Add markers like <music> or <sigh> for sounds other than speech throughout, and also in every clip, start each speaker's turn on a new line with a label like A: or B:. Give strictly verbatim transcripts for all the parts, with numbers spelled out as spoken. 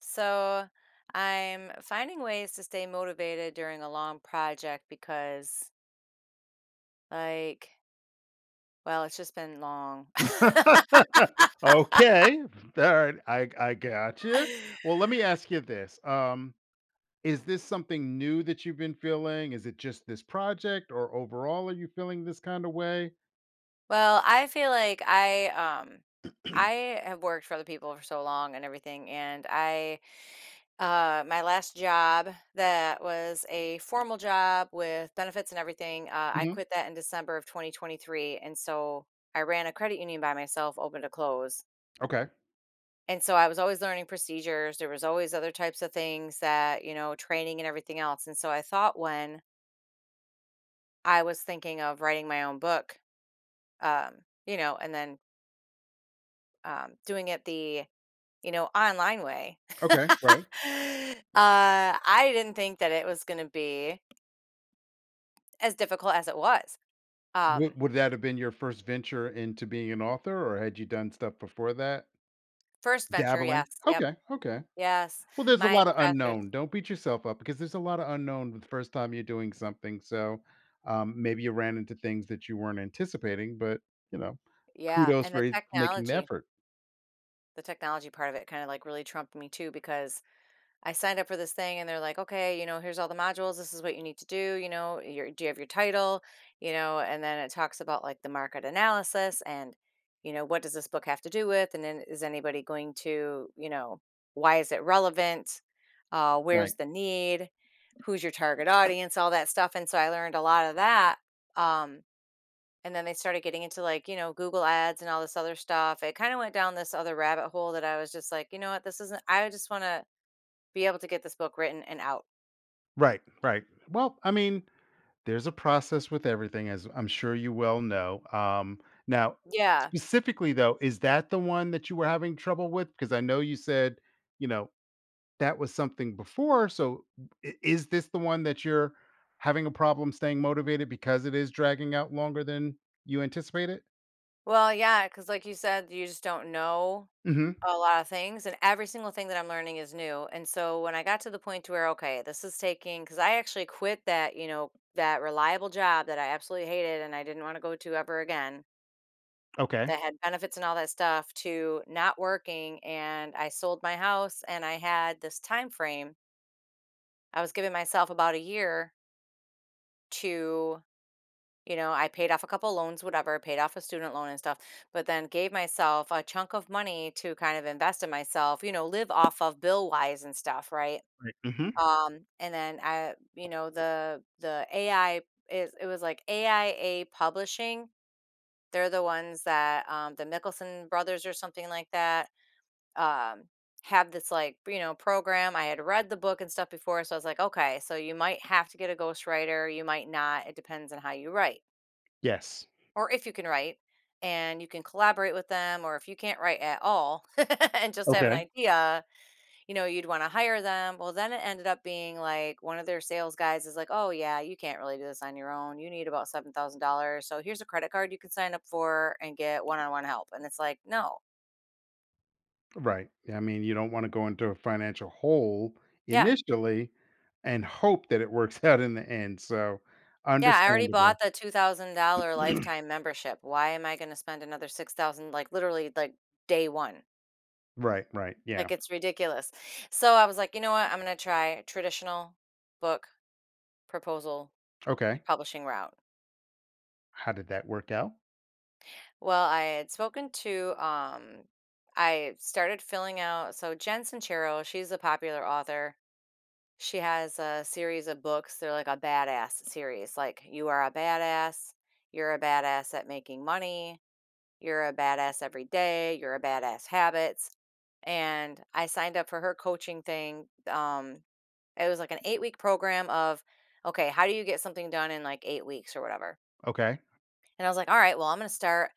A: So I'm finding ways to stay motivated during a long project because, like, well, it's just been long. <laughs>
B: <laughs> Okay, alright, I I got you. Well, let me ask you this, um, is this something new that you've been feeling? Is it just this project, or overall are you feeling this kinda way?
A: Well, I feel like I, um, I have worked for other people for so long and everything. And I, uh, my last job that was a formal job with benefits and everything, uh, I
B: Mhm.
A: quit that in December of twenty twenty-three. And so I ran a credit union by myself, open to close.
B: Okay,
A: And so I was always learning procedures. There was always other types of things that, you know, training and everything else. And so I thought when I was thinking of writing my own book, um, you know, and then um, doing it the, you know, online way, <laughs> uh,
B: okay, right.
A: I didn't think that it was going to be as difficult as it was. Um,
B: Would would that have been your first venture into being an author, or had you done stuff before that?
A: First venture,
B: Dabbling?
A: yes. Yep.
B: Okay, okay.
A: Yes.
B: Well, there's a
A: My
B: lot of
A: professors.
B: unknown. Don't beat yourself up because there's a lot of unknown the first time you're doing something. So um, maybe you ran into things that you weren't anticipating, but you know,
A: Yeah.
B: kudos
A: And
B: for
A: the
B: e- making the
A: technology,
B: effort.
A: the technology part of it kind of like really trumped me too, because I signed up for this thing, and they're like, okay, you know, here's all the modules. This is what you need to do. You know, your, do you have your title? You know, and then it talks about like the market analysis and, you know, what does this book have to do with? And then is anybody going to, you know, why is it relevant? Uh, where's
B: Right,
A: the need? Who's your target audience? All that stuff. And so I learned a lot of that. Um, and then they started getting into like, you know, Google ads and all this other stuff. It kind of went down this other rabbit hole that I was just like, you know what, this isn't, I just want to be able to get this book written and out.
B: right, right. Well, I mean, there's a process with everything, as I'm sure you well know. Um, now,
A: Yeah.
B: specifically though, is that the one that you were having trouble with? Because I know you said, you know, that was something before. So i- is this the one that you're having a problem staying motivated because it is dragging out longer than you anticipated?
A: Well, yeah, because like you said, you just don't know
B: Hmm.
A: a lot of things, and every single thing that I'm learning is new, and so when I got to the point to where, okay, this is taking, because I actually quit that, you know, that reliable job that I absolutely hated and I didn't wanna go to ever again,
B: Okay.
A: that had benefits and all that stuff, to not working, and I sold my house, and I had this time frame. I was giving myself about a year to You know, I paid off a couple loans, whatever, paid off a student loan and stuff, but then gave myself a chunk of money to kind of invest in myself, you know, live off of bill wise and stuff, right?
B: Right. Hmm.
A: Um, and then I, you know, the the A I is it was like A I A Publishing. They're the ones that um, the Mickelson brothers or something like that, um, have this, like, you know, program. I had read the book and stuff before, so I was like, okay, so you might have to get a ghostwriter, you might not. It depends on how you write,
B: Yes.
A: or if you can write and you can collaborate with them, or if you can't write at all, <laughs> and just have an
B: Okay.
A: idea you know you'd want to hire them. Well, then it ended up being like, one of their sales guys is like, oh yeah, you can't really do this on your own, you need about seven thousand dollars, so here's a credit card you can sign up for and get one-on-one help, and it's like, no.
B: Right. Yeah, I mean, you don't want to go into a financial hole
A: Yeah,
B: initially and hope that it works <laughs> out in the end. So
A: yeah, I already
B: understandable.
A: bought the two thousand dollars lifetime
B: <clears throat>
A: membership. Why am I going to spend another six thousand, like, literally, like, day one?
B: Right. Right.
A: Like,
B: Yeah.
A: it's ridiculous. So I was like, "You know what? I'm gonna try traditional book proposal
B: Okay.
A: publishing route."
B: How did that work out?
A: Well, I had spoken to, um I started filling out, so Jen Sincero, she's a popular author. She has a series of books. They're like a badass series, like, "You Are a Badass," "You're a Badass at Making Money," "You're a Badass Every Day," "You're a Badass Habits." And I signed up for her coaching thing, um it was like an eight-week-week program of, okay, how do you get something done in like 8 weeks or whatever?
B: Okay.
A: And I was like, all right, well, I'm going to start,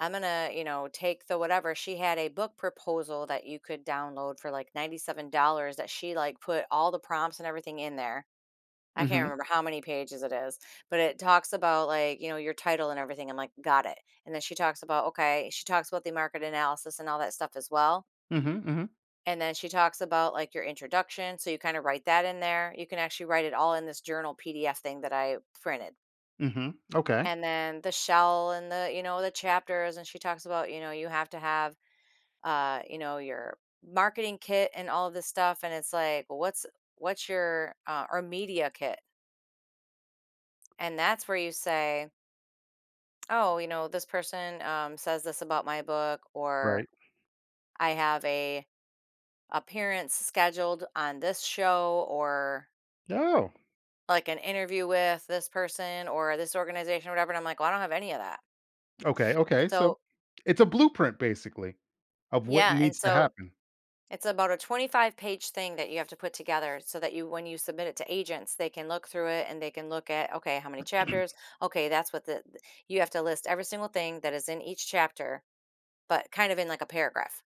A: I'm going to, you know, take the whatever. She had a book proposal that you could download for like ninety-seven dollars, that she like put all the prompts and everything in there. I can't
B: Mm-hmm.
A: remember how many pages it is, but it talks about like, you know, your title and everything. I'm like, got it. And then she talks about, okay, she talks about the market analysis and all that stuff as well.
B: Mm-hmm. Mm-hmm.
A: And then she talks about like your introduction. So you kind of write that in there. You can actually write it all in this journal P D F thing that I printed.
B: Mm-hmm. Okay.
A: And then the shell and the, you know, the chapters. And she talks about, you know, you have to have uh, you know, your marketing kit and all of this stuff. And it's like, well, what's what's your, uh, or media kit? And that's where you say, oh, you know, this person, um, says this about my book,
B: Right.
A: or I have a appearance scheduled on this show, or
B: Oh.
A: like an interview with this person or this organization or whatever, and I'm like, "Well, I don't have any of that."
B: Okay. Okay. So
A: So
B: it's a blueprint basically of what
A: yeah, and
B: needs to
A: so
B: happen.
A: it's about a twenty-five-page thing that you have to put together so that you, when you submit it to agents, they can look through it and they can look at, "Okay, how many chapters? Okay, that's what the—" th- You have to list every single thing that is in each chapter, but kind of in like a paragraph.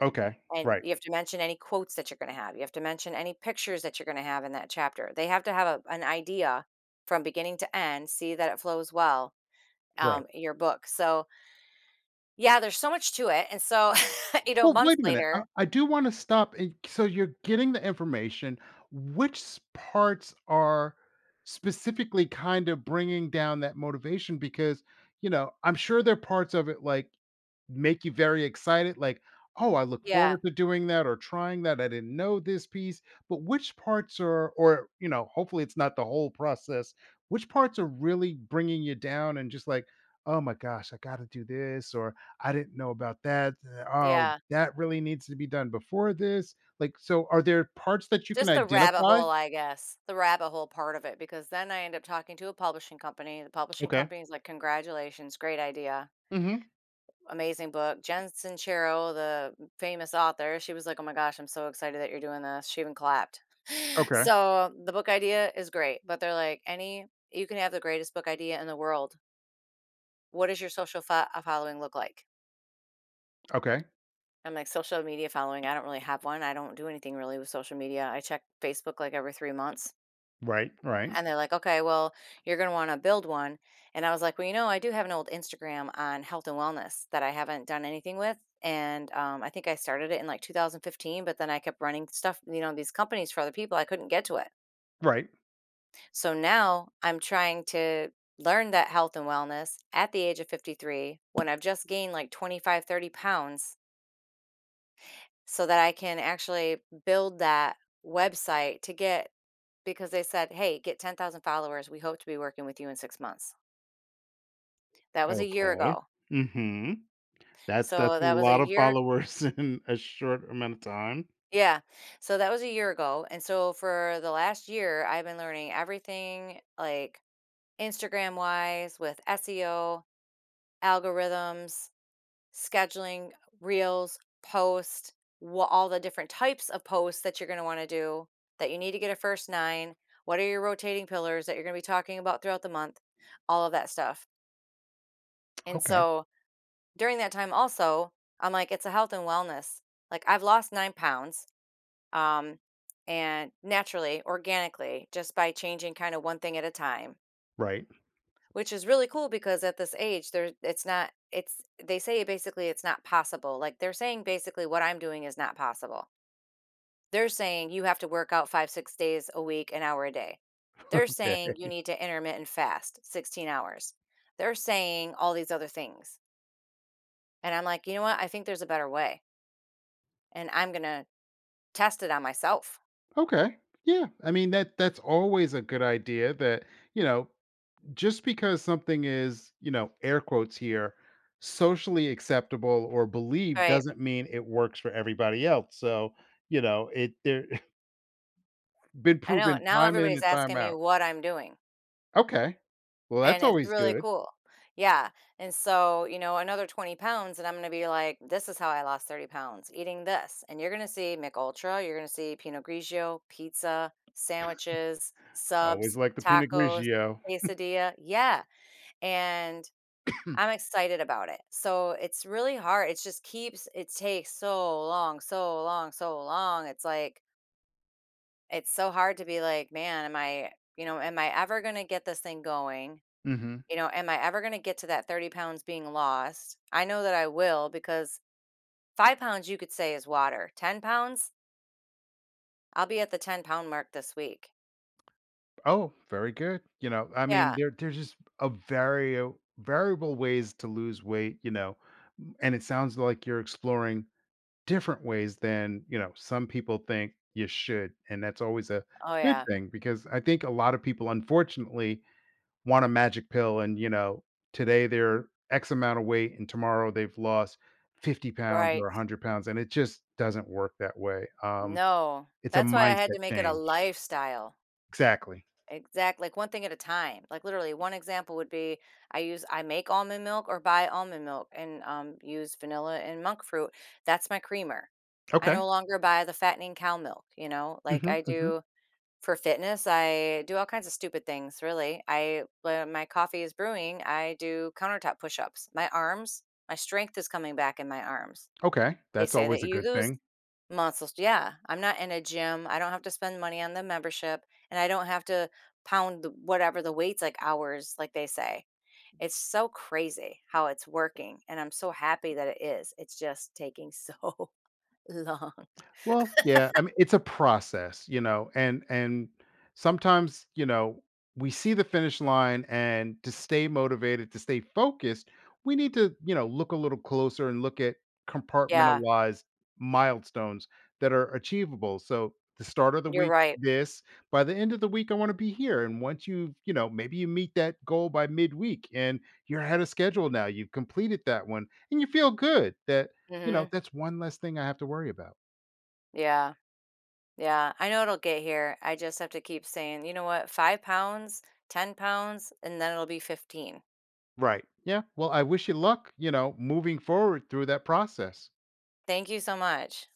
B: Okay,
A: And
B: right,
A: you have to mention any quotes that you're gonna have. You have to mention any pictures that you're gonna have in that chapter. They have to have a an idea from beginning to end, see that it flows well,
B: right.
A: um, in your book. So, yeah, there's so much to it. And so, <laughs> you know,
B: Well,
A: months
B: wait a minute, I
A: later,
B: I do wanna stop and so you're getting the information, which s parts are specifically kind of bringing down that motivation? Because, you know, I'm sure there are parts of it like, make you very excited, like, "Oh, I look
A: yeah,
B: forward to doing that or trying that. I didn't know this piece." But which parts are or, you know, hopefully it's not the whole process. Which parts are really bringing you down and just like, "Oh my gosh, I gotta do this," or, "I didn't know about that. Uh, oh,
A: yeah.
B: that really needs to be done before this." Like, so are there parts that you can
A: Just the rabbit
B: identify?
A: hole, I guess, the rabbit hole part of it, because then I end up talking to a publishing company. The publishing
B: Okay.
A: company is like, "Congratulations, great idea,
B: Mhm.
A: amazing book." Jen Sincero, the famous author, she was like, "Oh my gosh, I'm so excited that you're doing this." She even clapped. <laughs>
B: Okay.
A: So, the book idea is great, but they're like, "Any You can have the greatest book idea in the world. What does your social fo uh, following look like?"
B: Okay.
A: I'm like, social media following, I don't really have one. I don't do anything really with social media. I check Facebook like every three months.
B: Right, right,
A: And they're like, okay, well, you're going to want to build one. And I was like, well, you know, I do have an old Instagram on health and wellness that I haven't done anything with. And um, I think I started it in like two thousand fifteen, but then I kept running stuff, you know, these companies for other people. I couldn't get to it.
B: right.
A: So now I'm trying to learn that health and wellness at the age of fifty-three, when I've just gained like twenty-five, thirty pounds, so that I can actually build that website to get, because they said, "Hey, get ten thousand followers. We hope to be working with you in six months." That was a year
B: Okay.
A: ago.
B: Mhm. That's that's
A: So
B: a
A: that was a
B: lot of
A: year.
B: followers <laughs> in a short amount of time.
A: Yeah. So that was a year ago. And so for the last year, I've been learning everything, like Instagram wise with S E O, algorithms, scheduling reels, post, wha all the different types of posts that you're gonna wanna do, that you need to get a first nine, what are your rotating pillars that you're gonna be talking about throughout the month, all of that stuff, and
B: Okay.
A: so, during that time also, I'm like, it's a health and wellness, like, I've lost nine pounds, um, and naturally, organically, just by changing kinda one thing at a time.
B: Right.
A: Which is really cool, because at this age there it's not it's they say basically it's not possible. Like, they're saying basically what I'm doing is not possible. They're saying you have to work out five six days a week, an hour a day. They're saying
B: Okay.
A: you need to intermittent fast 16 hours. They're saying all these other things, and I'm like, you know what, I think there's a better way, and I'm gonna test it on myself.
B: Okay. Yeah. I mean that that's always a good idea that, you know, just because something is, you know, air quotes here, socially acceptable or believed
A: Right.
B: doesn't mean it works for everybody else. So, you know, it there <laughs> been
A: I know,
B: proven
A: now
B: time in
A: everybody's
B: and time
A: asking me
B: out.
A: what I'm doing.
B: Okay. Well,
A: And
B: that's
A: it's
B: always
A: really
B: good.
A: cool. Yeah. And so, you know, another twenty pounds, and I'm going to be like, this is how I lost thirty pounds eating this. And you're going to see Mick Ultra, you're going to see Pinot Grigio, pizza, sandwiches,
B: Always
A: subs,
B: like the Pinot
A: tacos,
B: Grigio.
A: quesadilla. Yeah. And I'm
B: <clears throat>
A: excited about it. So it's really hard. It just keeps, it takes so long, so long, so long. It's like, it's so hard to be like, man, am I, you know, am I ever going to get this thing going?
B: Mhm.
A: You know, am I ever going to get to that thirty pounds being lost? I know that I will because five pounds you could say is water. ten pounds, I'll be at the ten pound mark this week.
B: Oh, very good. You know, I mean,
A: Yeah.
B: there there's just a very uh, variable ways to lose weight, you know, m- and it sounds like you're exploring different ways than, you know, some people think you should. And that's always a
A: Oh,
B: good
A: yeah.
B: thing because I think a lot of people unfortunately want a magic pill and, you know, today they're X amount of weight and tomorrow they've lost fifty pounds
A: Right.
B: or one hundred pounds. And it just doesn't work that way. Um,
A: No.
B: it's a
A: That's why I had
B: mindset
A: to make it a
B: change.
A: lifestyle.
B: Exactly.
A: Exact. Like, one thing at a time. Like, literally, one example would be, I use, I make almond milk or buy almond milk and um, use vanilla and monk fruit. That's my creamer. I
B: Okay.
A: no longer buy the fattening cow milk, you know, like I
B: Hmm.
A: do. For fitness, I do all kinds of stupid things, really. I When my coffee is brewing, I do countertop push-ups. My arms, my strength is coming back in my arms.
B: Okay,
A: They
B: that's
A: say that
B: always a
A: you
B: good
A: lose
B: thing.
A: muscles. Yeah, I'm not in a gym. I don't have to spend money on the membership, and I don't have to pound the, whatever, the weights like hours, like they say. It's so crazy how it's working, and I'm so happy that it is. It's just taking so <laughs> long.
B: Well, yeah, I mean, it's a process, you know, and and sometimes, you know, we see the finish line and to stay motivated, to stay focused, we need to, you know, look a little closer and look at
A: Yeah,
B: compartmentalized milestones that are achievable. So, the start of the
A: you're
B: week
A: right.
B: this, by the end of the week I want to be here and once you, you know, maybe you meet that goal by midweek and you're ahead of schedule now. You've completed that one and you feel good that, you know,
A: Hmm.
B: that's one less thing I have to worry about.
A: Yeah. Yeah, I know it'll get here. I just have to keep saying, you know what, five pounds, ten pounds, and then it'll be fifteen.
B: Right. Yeah. Well, I wish you luck, you know, moving forward through that process.
A: Thank you so much.